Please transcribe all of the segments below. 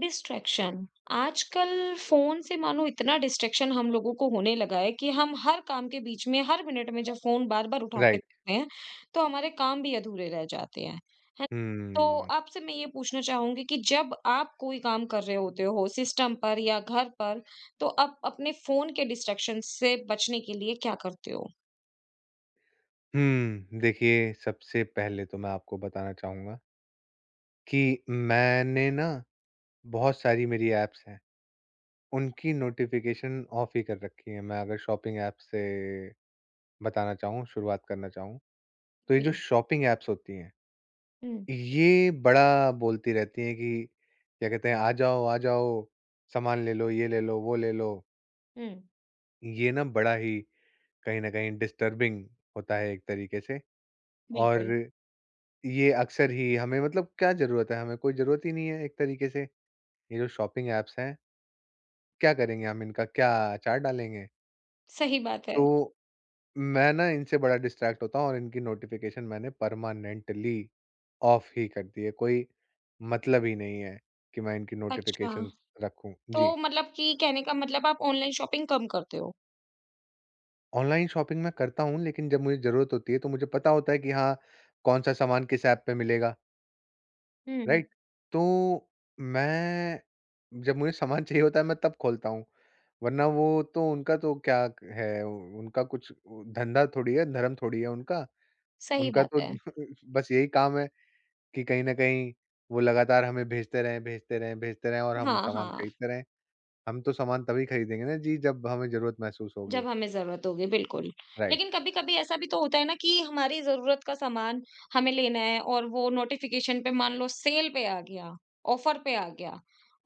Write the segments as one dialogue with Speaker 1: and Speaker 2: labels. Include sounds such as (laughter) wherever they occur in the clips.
Speaker 1: Distraction आजकल phone से मानो इतना डिस्ट्रैक्शन हम लोगों को होने लगा है कि हम हर काम के बीच में हर मिनट में जब फोन बार बार उठा के
Speaker 2: राइट।
Speaker 1: रखते हैं तो हमारे काम भी अधूरे रह जाते हैं, है ना? तो
Speaker 2: हुँ।
Speaker 1: आपसे मैं ये पूछना चाहूंगी कि जब आप कोई काम कर रहे होते हो सिस्टम पर या घर पर तो आप अपने फोन के डिस्ट्रैक्शन से बचने के लिए क्या करते हो।
Speaker 2: देखिए सबसे पहले तो मैं आपको बताना चाहूँगा कि मैंने ना बहुत सारी मेरी ऐप्स हैं, उनकी नोटिफ़िकेशन ऑफ ही कर रखी है। मैं अगर शॉपिंग ऐप से बताना चाहूँ, शुरुआत करना चाहूँ, तो ये
Speaker 1: जी।
Speaker 2: जो शॉपिंग ऐप्स होती हैं,
Speaker 1: हम्म।
Speaker 2: ये बड़ा बोलती रहती हैं कि क्या कहते हैं, आ जाओ, सामान ले लो, ये ले लो, वो ले लो।"
Speaker 1: हम्म।
Speaker 2: ये ना बड़ा ही कहीं न कहीं डिस्टर्बिंग होता है एक तरीके से और
Speaker 1: बिल्कुल।
Speaker 2: ये अक्सर ही हमें मतलब क्या ज़रूरत है? हमें कोई ज़रूरत ही नहीं है एक तरीके से। ये जो शॉपिंग ऐप्स हैं, क्या करेंगे हम इनका? क्या अचार डालेंगे?
Speaker 1: सही बात है।
Speaker 2: तो मैं ना इनसे बड़ा डिस्ट्रैक्ट होता हूँ और इनकी नोटिफ़िकेशन मैंने परमानेंटली ऑफ ही कर दी है। कोई मतलब ही नहीं है कि मैं इनकी
Speaker 1: अच्छा,
Speaker 2: नोटिफ़िकेशंस रखूँ।
Speaker 1: तो
Speaker 2: जी।
Speaker 1: मतलब कि कहने का मतलब आप ऑनलाइन शॉपिंग कम करते हो।
Speaker 2: ऑनलाइन शॉपिंग मैं करता हूँ लेकिन जब मुझे ज़रूरत होती है तो मुझे पता होता है कि हाँ, कौन-सा सामान किस ऐप पे मिलेगा।
Speaker 1: हम्म।
Speaker 2: राइट? तो मैं जब मुझे सामान चाहिए होता है मैं तब खोलता हूँ, वरना वो तो उनका तो क्या है, उनका कुछ धंधा थोड़ी है, धर्म थोड़ी है उनका।
Speaker 1: सही
Speaker 2: उनका
Speaker 1: बात
Speaker 2: तो
Speaker 1: है।
Speaker 2: (laughs) बस यही काम है कि कहीं न कहीं वो लगातार हमें भेजते रहें, भेजते रहें, भेजते रहें और हम
Speaker 1: हाँ,
Speaker 2: सामान
Speaker 1: हाँ,
Speaker 2: खरीदते रहें। हम तो सामान तभी खरीदेंगे ना जी जब हमें ज़रूरत महसूस होगी।
Speaker 1: जब हमें ज़रूरत होगी, बिल्कुल। लेकिन
Speaker 2: राइट।
Speaker 1: कभी-कभी ऐसा भी तो होता है ना कि हमारी ज़रूरत का सामान हमें लेना है और वो नोटिफ़िकेशन पे मान लो सेल पे आ गया, ऑफ़र पे आ गया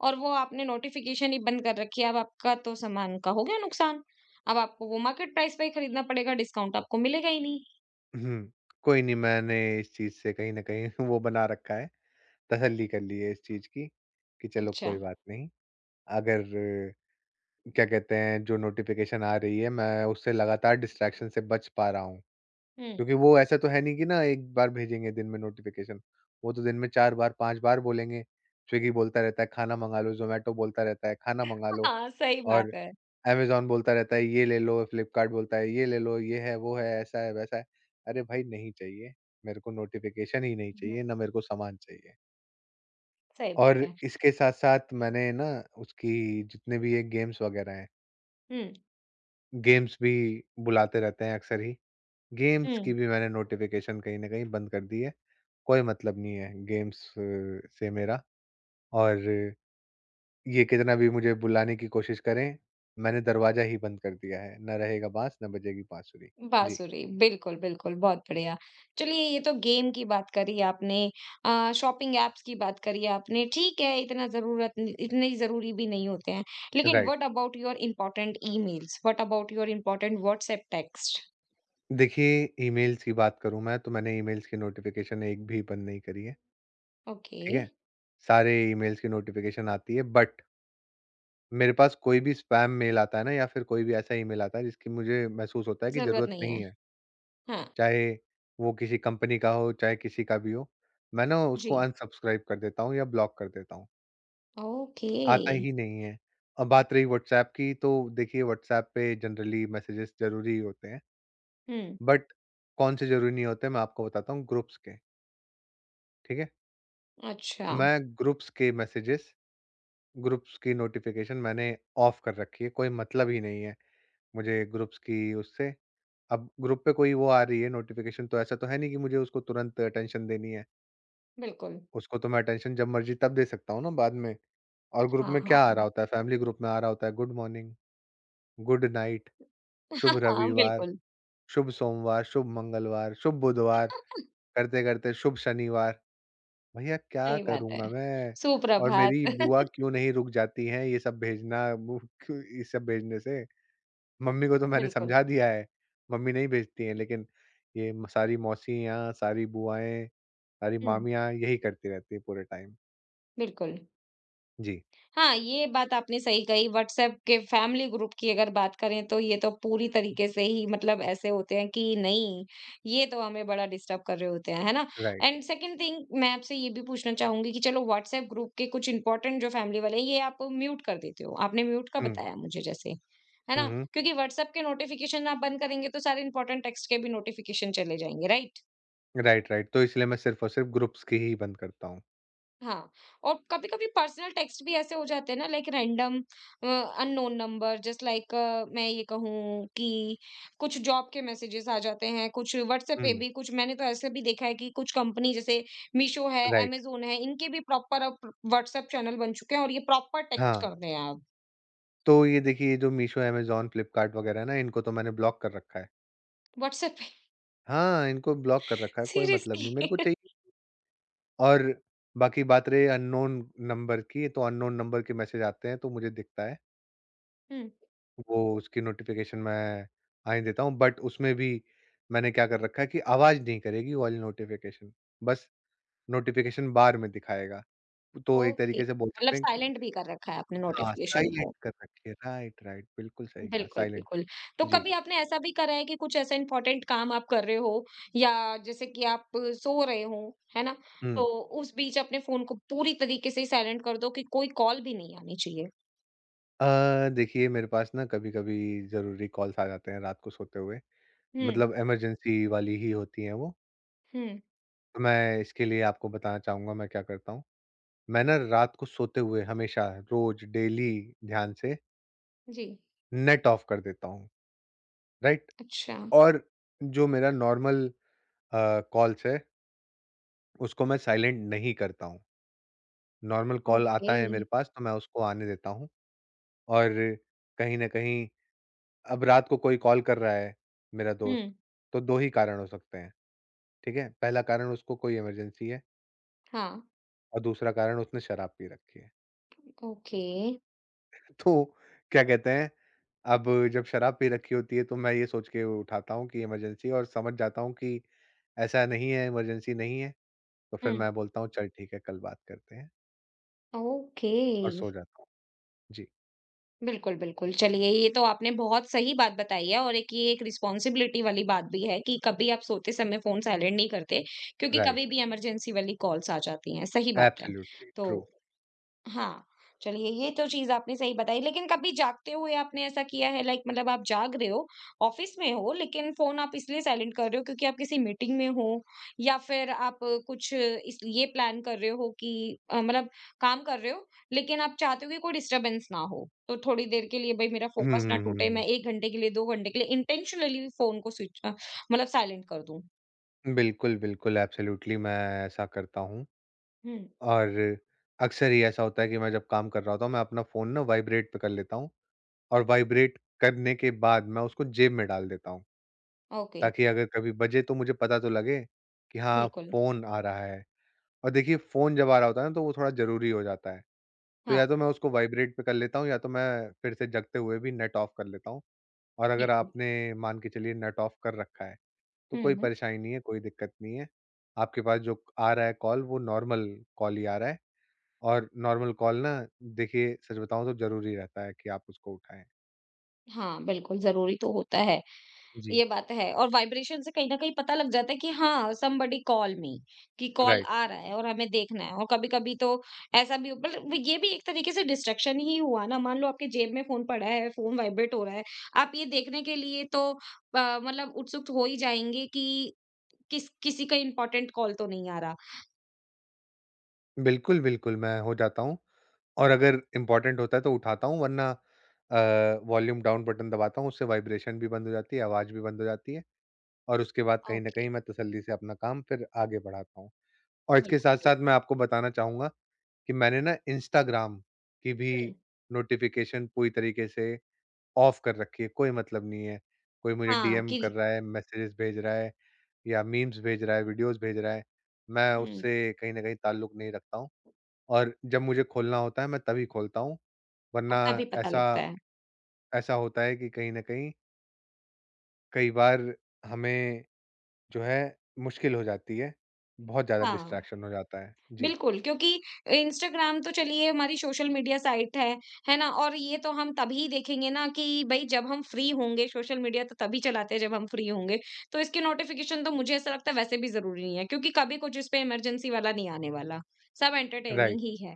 Speaker 1: और वो आपने नोटिफ़िकेशन ही बंद कर रखी है, अब आपका तो सामान का हो गया नुकसान। अब आपको वो मार्केट प्राइस पे ही खरीदना पड़ेगा, डिस्काउंट आपको मिलेगा ही नहीं।
Speaker 2: (clears throat) हुँ, कोई नहीं मैंने इस चीज़ से कहीं न कहीं (laughs) वो बना रखा है, तसल्ली कर ली है इस चीज़ की कि चलो
Speaker 1: अच्छा।
Speaker 2: कोई बात नहीं। अगर क्या कहते हैं, जो नोटिफ़िकेशन आ रही है, मैं उससे लगातार डिस्ट्रैक्शन से बच पा रहा हूँ।
Speaker 1: हुँ।
Speaker 2: क्योंकि वो ऐसा तो है नहीं कि ना एक बार भेजेंगे दिन में नोटिफ़िकेशन, वो तो दिन में 4 बार, 5 बार बोलेंगे। स्विगी बोलता रहता है, "खाना मँगा लो।" ज़ोमैटो बोलता रहता है, "खाना मँगा लो।"
Speaker 1: हाँ, सही
Speaker 2: और
Speaker 1: बात है।
Speaker 2: अमेज़न बोलता रहता है, "ये ले लो।" फ्लिपकार्ट बोलता है, "ये ले लो, ये है, वो है, ऐसा है, वैसा है।" अरे भाई, नहीं चाहिए। मेरे को नोटिफ़िकेशन ही नहीं
Speaker 1: हुँ,
Speaker 2: चाहिए, ना मेरे को सामान चाहिए।
Speaker 1: सही
Speaker 2: और
Speaker 1: बात है।
Speaker 2: इसके साथ-साथ मैंने ना उसकी जितने भी ये गेम्स वगैरह हैं
Speaker 1: हुँ,
Speaker 2: गेम्स भी बुलाते रहते हैं अक्सर ही। गेम्स की
Speaker 1: हुँ।
Speaker 2: भी मैंने नोटिफ़िकेशन कहीं न कहीं बंद कर दी है। कोई मतलब नहीं है गेम्स से मेरा और ये कितना भी मुझे बुलाने की कोशिश करें, मैंने दरवाज़ा ही बंद कर दिया है। ना रहेगा बाँस, ना बजेगी बाँसुरी। जी,
Speaker 1: बाँसुरी, बिल्कुल, बिल्कुल, बहुत बढ़िया। चलिए ये तो गेम की बात करी आपने, शॉपिंग ऐप्स की बात करी आपने, ठीक है इतना ज़रूरत इतने ज़रूरी भी नहीं होते हैं। लेकिन
Speaker 2: right.
Speaker 1: What about your important emails? What about your important WhatsApp text?
Speaker 2: देखिए, ईमेल्स की बात करूँ मैं तो मैंने ईमेल्स की नोटिफ़िकेशन एक भी बंद नहीं करी है,
Speaker 1: ओके,
Speaker 2: ठीक है? सारे ईमेल्स की नोटिफ़िकेशन आती है बट मेरे पास कोई भी स्पैम मेल आता है ना या फिर कोई भी ऐसा ईमेल आता है जिसकी मुझे महसूस होता है कि
Speaker 1: ज़रूरत
Speaker 2: ज़रूरत
Speaker 1: नहीं
Speaker 2: नहीं
Speaker 1: है।
Speaker 2: है
Speaker 1: हाँ,
Speaker 2: चाहे वो किसी कंपनी का हो, चाहे किसी का भी हो, मैं ना
Speaker 1: जी।
Speaker 2: उसको अनसब्सक्राइब कर देता हूँ या ब्लॉक कर देता हूँ,
Speaker 1: ओके।
Speaker 2: आता ही नहीं है। अब बात रही व्हाट्सऐप की तो देखिए व्हाट्सऐप पे जनरली मैसेजेस ज़रूरी ही होते हैं,
Speaker 1: हुँ।
Speaker 2: बट कौन से ज़रूरी नहीं होते मैं आपको बताता हूँ ग्रुप्स के, ठीक है? तो
Speaker 1: अच्छा।
Speaker 2: मैं ग्रुप्स के मैसेजेस, ग्रुप्स की नोटिफ़िकेशन मैंने ऑफ कर रखी है, कोई मतलब ही नहीं है मुझे ग्रुप्स की उससे। अब ग्रुप पे कोई वो आ रही है नोटिफ़िकेशन तो ऐसा तो है नहीं कि मुझे उसको तुरंत अटेंशन देनी है।
Speaker 1: बिल्कुल।
Speaker 2: उसको तो मैं अटेंशन जब मर्ज़ी तब दे सकता हूँ ना बाद में। और ग्रुप
Speaker 1: हाँ,
Speaker 2: में क्या आ रहा
Speaker 1: हाँ।
Speaker 2: होता है, फैमिली ग्रुप में आ रहा होता है गुड मॉर्निंग, गुड नाइट, शुभ
Speaker 1: (laughs) हाँ, हाँ,
Speaker 2: रविवार,
Speaker 1: बिल्कुल।
Speaker 2: शुभ सोमवार, शुभ मंगलवार, शुभ बुधवार,
Speaker 1: (laughs)
Speaker 2: करते-करते शुभ शनिवार। भैया क्या
Speaker 1: सही बात है।
Speaker 2: करूँगा मैं? और
Speaker 1: सुप्रभात।
Speaker 2: मेरी बुआ
Speaker 1: (laughs)
Speaker 2: क्यों नहीं रुक जाती हैं ये सब भेजना वो क्यों ये सब भेजने से? मम्मी को तो मैंने
Speaker 1: बिल्कुल।
Speaker 2: समझा दिया है, मम्मी नहीं भेजती हैं लेकिन ये म सारी मौसियाँ, सारी बुआएँ, सारी
Speaker 1: हुँ,
Speaker 2: मामियाँ यही करती रहती हैं पूरे टाइम।
Speaker 1: बिल्कुल।
Speaker 2: जी,
Speaker 1: हाँ, ये बात आपने सही कही। व्हाट्सएप के फैमिली ग्रुप की अगर बात करें तो ये तो पूरी तरीके से ही मतलब ऐसे होते हैं कि नहीं, ये तो हमें बड़ा डिस्टर्ब कर रहे होते हैं, है ना?
Speaker 2: राइट।
Speaker 1: एंड सेकंड थिंग मैं आपसे ये भी पूछना चाहूँगी कि चलो व्हाट्सएप ग्रुप के कुछ इम्पोर्टेंट जो फैमिली वाले हैं ये आप म्यूट कर देते हो। आपने म्यूट का
Speaker 2: हुँ।
Speaker 1: बताया मुझे जैसे, है
Speaker 2: हुँ,
Speaker 1: ना?
Speaker 2: हुँ।
Speaker 1: क्योंकि व्हाट्सएप के नोटिफ़िकेशन आप बंद करेंगे तो सारे इम्पोर्टेंट टेक्स्ट के भी नोटिफ़िकेशन चले जाएँगे, राइट?
Speaker 2: Right, right. तो इसलिए मैं सिर्फ़ और सिर्फ़ ग्रुप्स की ही बंद करता हूँ।
Speaker 1: हाँ, और कभी-कभी पर्सनल टेक्स्ट भी ऐसे हो जाते हैं ना, like random uh, unknown number, just like मैं ये कहूँ कि कुछ जॉब के मैसेजेस आ जाते हैं, कुछ व्हाट्सएप पे
Speaker 2: हुँ,
Speaker 1: भी। कुछ मैंने तो ऐसे भी देखा है कि कुछ कंपनी जैसे मीशो है,
Speaker 2: राइट।
Speaker 1: अमेज़न है, इनके भी प्रॉपर अब व्हाट्सएप चैनल बन चुके हैं और ये प्रॉपर टेक्स्ट
Speaker 2: हाँ,
Speaker 1: करते हैं आप
Speaker 2: तो ये देखिए ये जो मीशो, अमेज़न, फ्लिपकार्ट वग़ैरह है ना इनको तो मैंने ब्लॉक कर रखा है।
Speaker 1: व्हाट्सएप पे। (laughs)
Speaker 2: हाँ, इनको ब्लॉक कर रखा है, कोई मतलब
Speaker 1: सीरियसली।
Speaker 2: नहीं मेरे
Speaker 1: (laughs)
Speaker 2: को चाहिए और बाकी बात रही अननोन नंबर की, तो अननोन नंबर के मैसेज आते हैं तो मुझे दिखता है।
Speaker 1: हुँ,
Speaker 2: वो उसकी नोटिफ़िकेशन मैं आने देता हूँ बट उसमें भी मैंने क्या कर रखा है कि आवाज़ नहीं करेगी वो वाली नोटिफ़िकेशन, बस नोटिफ़िकेशन बार में दिखाएगा। तो एक
Speaker 1: ओके,
Speaker 2: तरीके से बोल
Speaker 1: मतलब
Speaker 2: सकते हैं
Speaker 1: साइलेंट भी कर रखा है आपने
Speaker 2: हाँ,
Speaker 1: नोटिफ़िकेशन को।
Speaker 2: साइलेंट कर रखिए। राइट, राइट, बिल्कुल सही कहा,
Speaker 1: बिल्कुल,
Speaker 2: साइलेंट कर
Speaker 1: बिल्कुल। तो
Speaker 2: रखिए। जी।
Speaker 1: कभी आपने ऐसा भी करा है कि कुछ ऐसा इम्पोर्टेंट काम आप कर रहे हो या जैसे कि आप सो रहे हो, है ना?
Speaker 2: हुँ।
Speaker 1: तो उस बीच अपने फ़ोन को पूरी तरीके से साइलेंट कर दो कि कोई कॉल भी नहीं आनी चाहिए।
Speaker 2: देखिए मेरे पास ना कभी-कभी ज़रूरी कॉल्स आ जाते हैं रात को सोते हुए,
Speaker 1: हुँ,
Speaker 2: मतलब इमरजेंसी वाली ही होती हैं वो।
Speaker 1: हुँ।
Speaker 2: तो मैं इसके लिए आपको बताना चाहूँगा मैं क्या करता हूँ। मैं ना रात को सोते हुए हमेशा रोज़ डेली ध्यान से
Speaker 1: जी।
Speaker 2: नेट ऑफ कर देता हूँ, राइट?
Speaker 1: अच्छा।
Speaker 2: और जो मेरा नॉर्मल कॉल्स है उसको मैं साइलेंट नहीं करता हूँ। नॉर्मल कॉल आता
Speaker 1: ओके।
Speaker 2: है मेरे पास तो मैं उसको आने देता हूँ। और कहीं न कहीं अब रात को कोई कॉल कर रहा है मेरा दोस्त,
Speaker 1: हुँ।
Speaker 2: तो 2 ही कारण हो सकते हैं, ठीक है? पहला कारण उसको कोई इमरजेंसी है
Speaker 1: हाँ,
Speaker 2: और दूसरा कारण उसने शराब पी रखी है।
Speaker 1: ओके।
Speaker 2: (laughs) तो क्या कहते हैं, अब जब शराब पी रखी होती है तो मैं ये सोच के उठाता हूँ कि इमरजेंसी है और समझ जाता हूँ कि ऐसा नहीं है, इमरजेंसी नहीं है, तो फिर
Speaker 1: हुँ,
Speaker 2: मैं बोलता हूँ चल ठीक है कल बात करते हैं
Speaker 1: ओके।
Speaker 2: और सो जाता हूँ। जी,
Speaker 1: बिल्कुल, बिल्कुल। चलिए ये तो आपने बहुत सही बात बताई है और एक ये एक रिस्पॉन्सिबिलिटी वाली बात भी है कि कभी आप सोते समय फ़ोन साइलेंट नहीं करते, क्योंकि कभी
Speaker 2: राइट,
Speaker 1: भी इमरजेंसी वाली कॉल्स आ जाती हैं, सही बात है।
Speaker 2: एब्सोल्युटली
Speaker 1: तो
Speaker 2: ट्रू।
Speaker 1: हाँ, चलिए ये तो चीज़ आपने सही बताई, लेकिन कभी जागते हुए आपने ऐसा किया है, लाइक मतलब आप जाग रहे हो, ऑफ़िस में हो लेकिन फ़ोन आप इसलिए साइलेंट कर रहे हो क्योंकि आप किसी मीटिंग में हो या फिर आप कुछ इस ये प्लान कर रहे हो कि मतलब काम कर रहे हो लेकिन आप चाहते हो कि कोई डिस्टर्बेंस ना हो। तो थोड़ी देर के लिए भई मेरा
Speaker 2: हुँ,
Speaker 1: फोकस ना
Speaker 2: हुँ, हुँ,
Speaker 1: टूटे, मैं
Speaker 2: हुँ।
Speaker 1: 1 घंटे के लिए, 2 घंटे के लिए इंटेंशनली फ़ोन को स्विच मतलब साइलेंट कर दूँ।
Speaker 2: बिल्कुल, बिल्कुल एब्सोल्युटली मैं ऐसा करता हूँ।
Speaker 1: हुँ,
Speaker 2: और अक्सर ही ऐसा होता है कि मैं जब काम कर रहा होता हूँ, मैं अपना फ़ोन ना वाइब्रेट पे कर लेता हूँ और वाइब्रेट करने के बाद मैं उसको जेब में डाल देता हूँ,
Speaker 1: ओके,
Speaker 2: ताकि अगर कभी बजे तो मुझे पता तो लगे कि हाँ,
Speaker 1: बिल्कुल।
Speaker 2: फ़ोन आ रहा है। और देखिए फ़ोन जब आ रहा होता है ना, तो वो थोड़ा ज़रूरी हो जाता है। तो
Speaker 1: हाँ,
Speaker 2: या तो मैं उसको वाइब्रेट पे कर लेता हूँ या तो मैं फिर से जगते हुए भी नेट ऑफ़ कर लेता हूँ। और अगर
Speaker 1: बिल्कुल।
Speaker 2: आपने मान के चलिए नेट ऑफ़ कर रखा है, तो
Speaker 1: हुँ,
Speaker 2: कोई
Speaker 1: हुँ।
Speaker 2: परेशानी नहीं है, कोई दिक्कत नहीं है। आपके पास जो आ रहा है कॉल, वो नॉर्मल कॉल ही आ रहा है। और नॉर्मल कॉल ना देखिए सच बताऊँ तो ज़रूरी रहता है कि आप उसको उठाएँ।
Speaker 1: हाँ, बिल्कुल ज़रूरी तो होता है।
Speaker 2: जी।
Speaker 1: ये बात है, और वाइब्रेशन से कहीं न कहीं पता लग जाता है कि हाँ, समबडी कॉल मी, कि कॉल
Speaker 2: राइट।
Speaker 1: आ रहा है और हमें देखना है। और कभी-कभी तो ऐसा भी, मतलब ये भी एक तरीके से डिस्ट्रैक्शन ही हुआ ना, मान लो आपके जेब में फ़ोन पड़ा है, फ़ोन वाइब्रेट हो रहा है, आप ये देखने के लिए तो मतलब उत्सुक हो ही जाएँगे कि किसी का इम्पोर्टेंट कॉल तो नहीं आ रहा।
Speaker 2: बिल्कुल, बिल्कुल मैं हो जाता हूँ और अगर इम्पोर्टेंट होता है तो उठाता हूँ वरना वॉल्यूम डाउन बटन दबाता हूँ, उससे वाइब्रेशन भी बंद हो जाती है, आवाज़ भी बंद हो जाती है और उसके बाद कहीं न
Speaker 1: ओके,
Speaker 2: कहीं मैं तसल्ली से अपना काम फिर आगे बढ़ाता हूँ। और इसके
Speaker 1: बिल्कुल, बिल्कुल।
Speaker 2: साथ-साथ मैं आपको बताना चाहूँगा कि मैंने ना इंस्टाग्राम की भी
Speaker 1: हुँ,
Speaker 2: नोटिफ़िकेशन पूरी तरीके से ऑफ कर रखी है, कोई मतलब नहीं है। कोई मुझे
Speaker 1: हाँ,
Speaker 2: डीएम कर
Speaker 1: कि
Speaker 2: रहा है, मैसेजेस भेज रहा है या मीम्स भेज रहा है, वीडियोज़ भेज रहा है, मैं
Speaker 1: हुँ,
Speaker 2: उससे कहीं न कहीं ताल्लुक नहीं रखता हूँ और जब मुझे खोलना होता है मैं तभी खोलता हूँ,
Speaker 1: और
Speaker 2: वरना
Speaker 1: तभी पता
Speaker 2: ऐसा
Speaker 1: लगता है।
Speaker 2: ऐसा होता है कि कहीं न कहीं कई बार हमें जो है मुश्किल हो जाती है, बहुत ज़्यादा
Speaker 1: हाँ।
Speaker 2: डिस्ट्रैक्शन हो जाता है। जी,
Speaker 1: बिल्कुल, क्योंकि इंस्टाग्राम तो चलिए हमारी सोशल मीडिया साइट है ना? और ये तो हम तभी देखेंगे ना कि भई जब हम फ्री होंगे, सोशल मीडिया तो तभी चलाते हैं जब हम फ्री होंगे। तो इसकी नोटिफ़िकेशन तो मुझे ऐसा लगता है वैसे भी ज़रूरी नहीं है, क्योंकि कभी कुछ इस पे इमरजेंसी वाला नहीं आने वाला, सब
Speaker 2: राइट।
Speaker 1: एंटरटेनिंग ही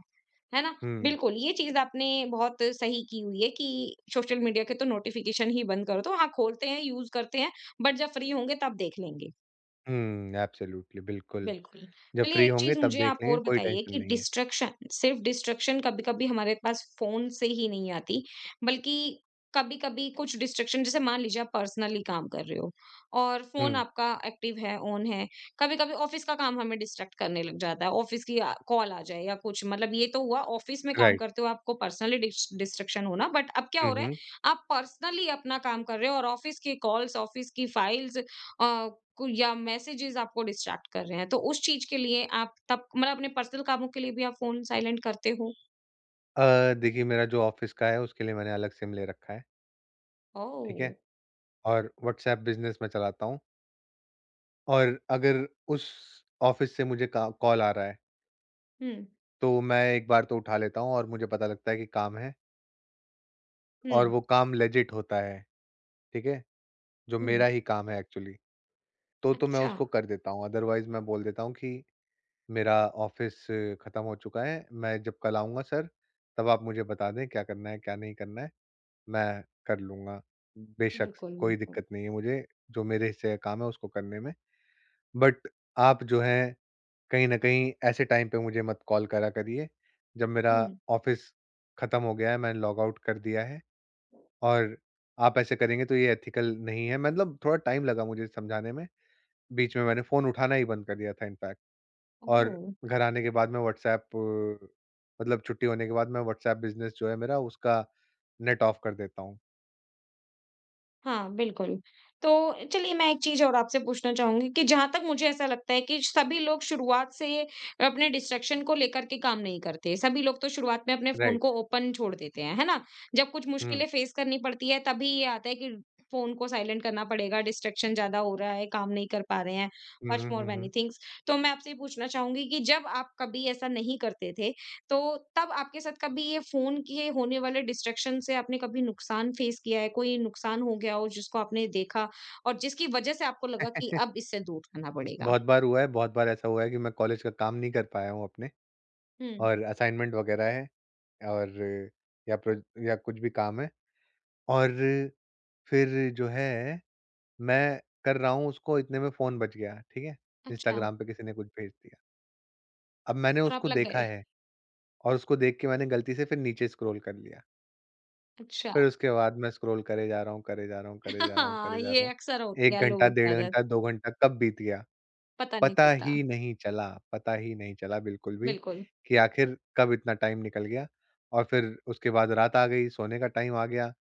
Speaker 1: है ना?
Speaker 2: हुँ,
Speaker 1: बिल्कुल, ये चीज़ आपने बहुत सही की हुई है कि सोशल मीडिया के तो नोटिफ़िकेशन ही बंद कर दो। हाँ, खोलते हैं, यूज़ करते हैं, बट जब फ्री होंगे तब देख लेंगे।
Speaker 2: हुँ, एब्सोल्युटली बिल्कुल,
Speaker 1: बिल्कुल।
Speaker 2: जब
Speaker 1: चलिए
Speaker 2: फ्री
Speaker 1: एक
Speaker 2: होंगे
Speaker 1: चीज़
Speaker 2: तब
Speaker 1: मुझे
Speaker 2: देख
Speaker 1: आप
Speaker 2: लेंगे,
Speaker 1: और
Speaker 2: कोई
Speaker 1: बताइए
Speaker 2: टेंशन
Speaker 1: कि
Speaker 2: नहीं है।
Speaker 1: डिस्ट्रैक्शन, सिर्फ़ डिस्ट्रैक्शन कभी-कभी हमारे पास फ़ोन से ही नहीं आती, बल्कि कभी-कभी कुछ डिस्ट्रैक्शन जैसे मान लीजिए आप पर्सनली काम कर रहे हो और फ़ोन
Speaker 2: हुँ,
Speaker 1: आपका एक्टिव है, ऑन है। कभी-कभी ऑफ़िस का काम हमें डिस्ट्रैक्ट करने लग जाता है, ऑफ़िस की कॉल आ जाए या कुछ, मतलब ये तो हुआ ऑफ़िस में काम
Speaker 2: राइट।
Speaker 1: करते हो आपको पर्सनली डिस्ट्रैक्शन होना, बट अब क्या
Speaker 2: हुँ,
Speaker 1: हो रहा है,
Speaker 2: हुँ।
Speaker 1: आप पर्सनली अपना काम कर रहे हो और ऑफ़िस की कॉल्स, ऑफ़िस की फाइल्स अ, को या मैसेजेस आपको डिस्ट्रैक्ट कर रहे हैं, तो उस चीज़ के लिए आप तब, मतलब अपने पर्सनल कामों के लिए भी आप फ़ोन साइलेंट करते हो?
Speaker 2: देखिए मेरा जो ऑफ़िस का है उसके लिए मैंने अलग सिम ले रखा है, ठीक है?
Speaker 1: ओह!
Speaker 2: और व्हाट्सऐप बिज़नेस मैं चलाता हूँ। और अगर उस ऑफ़िस से मुझे का कॉल आ रहा है,
Speaker 1: हुँ,
Speaker 2: तो मैं एक बार तो उठा लेता हूँ और मुझे पता लगता है कि काम है और
Speaker 1: हुँ,
Speaker 2: वो काम लेजिट होता है, ठीक है? जो
Speaker 1: हुँ।
Speaker 2: मेरा ही काम है एक्चुअली, तो मैं
Speaker 1: अच्छा,
Speaker 2: उसको कर देता हूँ, अदरवाइज़ मैं बोल देता हूँ कि मेरा ऑफ़िस ख़त्म हो चुका है, मैं जब कल आऊँगा सर, तब आप मुझे बता दें क्या करना है, क्या नहीं करना है, मैं कर लूँगा। बेशक
Speaker 1: बिल्कुल,
Speaker 2: कोई
Speaker 1: बिल्कुल।
Speaker 2: दिक्कत नहीं है मुझे, जो मेरे हिस्से का काम है उसको करने में, बट आप जो है कहीं न कहीं ऐसे टाइम पे मुझे मत कॉल करा करिए, जब मेरा
Speaker 1: हुँ,
Speaker 2: ऑफ़िस खत्म हो गया है, मैंने लॉग आउट कर दिया है और आप ऐसे करेंगे तो ये एथिकल नहीं है। मतलब थोड़ा टाइम लगा मुझे समझाने में, बीच में मैंने फ़ोन उठाना ही बंद कर दिया था इनफैक्ट और
Speaker 1: ओह!
Speaker 2: घर आने के बाद मैं व्हाट्सऐप मतलब छुट्टी होने के बाद मैं व्हाट्सऐप बिज़नेस जो है मेरा उसका नेट ऑफ कर देता हूँ।
Speaker 1: हाँ, बिल्कुल। तो चलिए मैं एक चीज़ और आपसे पूछना चाहूँगी कि जहाँ तक मुझे ऐसा लगता है कि सभी लोग शुरुआत से अपने डिस्ट्रैक्शन को लेकर के काम नहीं करते। सभी लोग तो शुरुआत में अपने फ़ोन
Speaker 2: राइट।
Speaker 1: को ओपन छोड़ देते हैं, है ना? जब कुछ
Speaker 2: हुँ।
Speaker 1: मुश्किलें फ़ेस करनी पड़ती है तभी ये आता है कि फ़ोन को साइलेंट करना पड़ेगा, डिस्ट्रैक्शन ज़्यादा हो रहा है, काम नहीं कर पा रहे हैं,
Speaker 2: हुँ,
Speaker 1: मच
Speaker 2: हुँ,
Speaker 1: मोर
Speaker 2: हुँ,
Speaker 1: मैनी
Speaker 2: हुँ।
Speaker 1: थिंग्स। तो मैं आपसे ये पूछना चाहूँगी कि जब आप कभी ऐसा नहीं करते थे तो तब आपके साथ कभी ये फ़ोन के होने वाले डिस्ट्रैक्शन से आपने कभी नुकसान फ़ेस किया है? कोई नुकसान हो गया हो जिसको आपने देखा और जिसकी वज़ह से आपको लगा कि अब
Speaker 2: (laughs)
Speaker 1: इससे दूर रहना पड़ेगा?
Speaker 2: बहुत बार हुआ है, बहुत बार ऐसा हुआ है कि मैं कॉलेज का काम नहीं कर पाया हूँ अपने
Speaker 1: हुँ,
Speaker 2: और असाइनमेंट वगैरह है और या प्रो या कुछ भी काम है और फिर जो है मैं कर रहा हूँ उसको इतने में फ़ोन बज गया, ठीक है?
Speaker 1: अच्छा,
Speaker 2: इंस्टाग्राम पे किसी ने कुछ भेज दिया। अब मैंने
Speaker 1: और आप
Speaker 2: उसको
Speaker 1: लग
Speaker 2: देखा
Speaker 1: गए।
Speaker 2: है और उसको देख के मैंने गलती से फिर नीचे स्क्रॉल कर लिया।
Speaker 1: अच्छा।
Speaker 2: फिर उसके बाद मैं स्क्रॉल करे जा रहा हूँ, करे जा रहा हूँ, करे जा
Speaker 1: (laughs)
Speaker 2: रहा हूँ,
Speaker 1: हाँ,
Speaker 2: करे जा रहा
Speaker 1: ये
Speaker 2: हूँ।
Speaker 1: अक्सर होती
Speaker 2: 1
Speaker 1: है
Speaker 2: घंटा,
Speaker 1: लोगों की
Speaker 2: डेढ़
Speaker 1: आदत।
Speaker 2: घंटा, 2 घंटा कब बीत गया?
Speaker 1: पता नहीं
Speaker 2: पता
Speaker 1: चलता।
Speaker 2: ही नहीं चला, पता ही नहीं चला बिल्कुल भी
Speaker 1: बिल्कुल,
Speaker 2: कि आखिर कब इतना टाइम निकल गया और फिर उसके बाद रात आ गई, सोने का टाइम आ गया।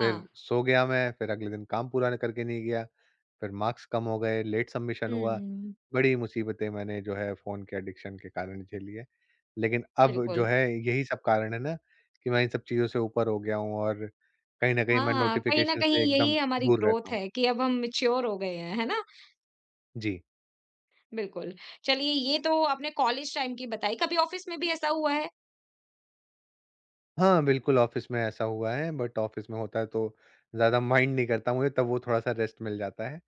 Speaker 2: फिर
Speaker 1: हाँ।
Speaker 2: सो गया मैं, फिर अगले दिन काम पूरा करके नहीं गया, फिर मार्क्स कम हो गए, लेट सबमिशन हुआ।
Speaker 1: हुँ,
Speaker 2: बड़ी मुसीबतें मैंने जो है फ़ोन के एडिक्शन के कारण झेली है। लेकिन अब जो
Speaker 1: बिल्कुल।
Speaker 2: है यही सब कारण है ना कि मैं इन सब चीज़ों से ऊपर हो गया हूँ और कहीं न कहीं मैं
Speaker 1: हाँ, कहीं न
Speaker 2: नोटिफ़िकेशन से
Speaker 1: कहीं
Speaker 2: एकदम
Speaker 1: यही हमारी
Speaker 2: दूर रहता
Speaker 1: ग्रोथ
Speaker 2: हूँ।
Speaker 1: है कि अब हम मैच्योर हो गए हैं, है ना?
Speaker 2: जी।
Speaker 1: बिल्कुल। चलिए ये तो आपने कॉलेज टाइम की बताई, कभी ऑफ़िस में भी ऐसा हुआ है?
Speaker 2: हाँ, बिल्कुल ऑफ़िस में ऐसा हुआ है बट ऑफ़िस में होता है तो ज़्यादा माइंड नहीं करता मुझे तब वो थोड़ा-सा रेस्ट मिल जाता है।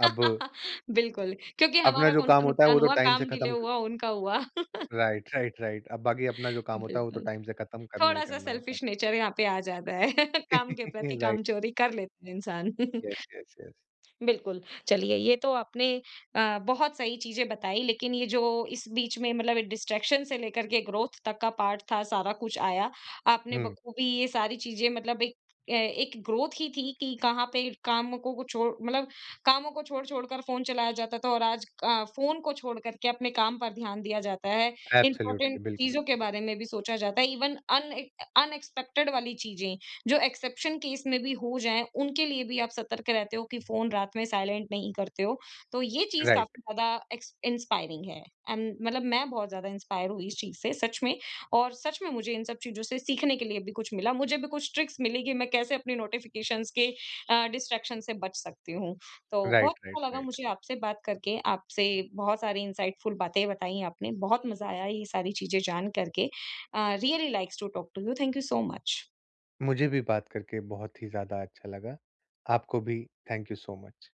Speaker 2: अब
Speaker 1: बिल्कुल, क्योंकि
Speaker 2: अपना
Speaker 1: हमारा
Speaker 2: जो काम
Speaker 1: कौन-सा
Speaker 2: होता है वो
Speaker 1: नुकसान
Speaker 2: तो
Speaker 1: हुआ,
Speaker 2: टाइम से
Speaker 1: काम डिले
Speaker 2: खत्म
Speaker 1: हुआ, उनका हुआ। (laughs)
Speaker 2: Right, right, right. अब बाकी अपना जो काम होता है वो तो
Speaker 1: बिल्कुल,
Speaker 2: टाइम से खत्म करना ही
Speaker 1: थोड़ा-सा
Speaker 2: करना होता है।
Speaker 1: सेल्फिश नेचर यहाँ पे आ जाता है, (laughs) काम के
Speaker 2: (laughs)
Speaker 1: प्रति
Speaker 2: राइट,
Speaker 1: कामचोरी कर
Speaker 2: राइट।
Speaker 1: लेता है इंसान। (laughs)
Speaker 2: Yes, yes, yes.
Speaker 1: बिल्कुल, चलिए ये तो आपने बहुत सही चीज़ें बताई, लेकिन ये जो इस बीच में मतलब डिस्ट्रैक्शन से लेकर के ग्रोथ तक का पार्ट था, सारा कुछ आया। आपने
Speaker 2: हुँ,
Speaker 1: बखूबी ये सारी चीज़ें मतलब एक एक ग्रोथ ही थी कि कहाँ पे काम को छोड़ मतलब कामों को छोड़-छोड़ कर फ़ोन चलाया जाता था और आज फ़ोन को छोड़ कर के अपने काम पर ध्यान दिया जाता है। इम्पोर्टेंट
Speaker 2: एब्सोल्युटली, बिल्कुल।
Speaker 1: चीज़ों के बारे में भी सोचा जाता है, इवन अन अनएक्सपेक्टेड वाली चीज़ें। जो एक्सेप्शन केस में भी हो जाएँ, उनके लिए भी आप सतर्क रहते हो कि फ़ोन रात में साइलेंट नहीं करते हो। तो ये चीज़
Speaker 2: राइट,
Speaker 1: काफ़ी ज़्यादा एक्स इंस्पायरिंग है, एंड मतलब मैं बहुत ज़्यादा इंस्पायर हुई इस चीज़ से सच में, और सच में मुझे इन सब चीज़ों से सीखने के लिए भी कुछ मिला। मुझे भी कुछ ट्रिक्स मिली कि मैं कैसे अपनी नोटिफ़िकेशंस के डिस्ट्रैक्शन से बच सकती हूँ। तो बहुत
Speaker 2: राइट, राइट,
Speaker 1: अच्छा लगा
Speaker 2: राइट।
Speaker 1: मुझे आपसे बात करके, आपसे बहुत सारी इनसाइटफुल बातें बताई आपने। बहुत मज़ा आया ये सारी चीज़ें जान करके। Really likes to talk to you. Thank you so much.
Speaker 2: मुझे भी बात करके बहुत ही ज़्यादा अच्छा लगा। आपको भी थैंक यू सो मच।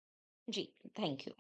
Speaker 1: जी, thank you.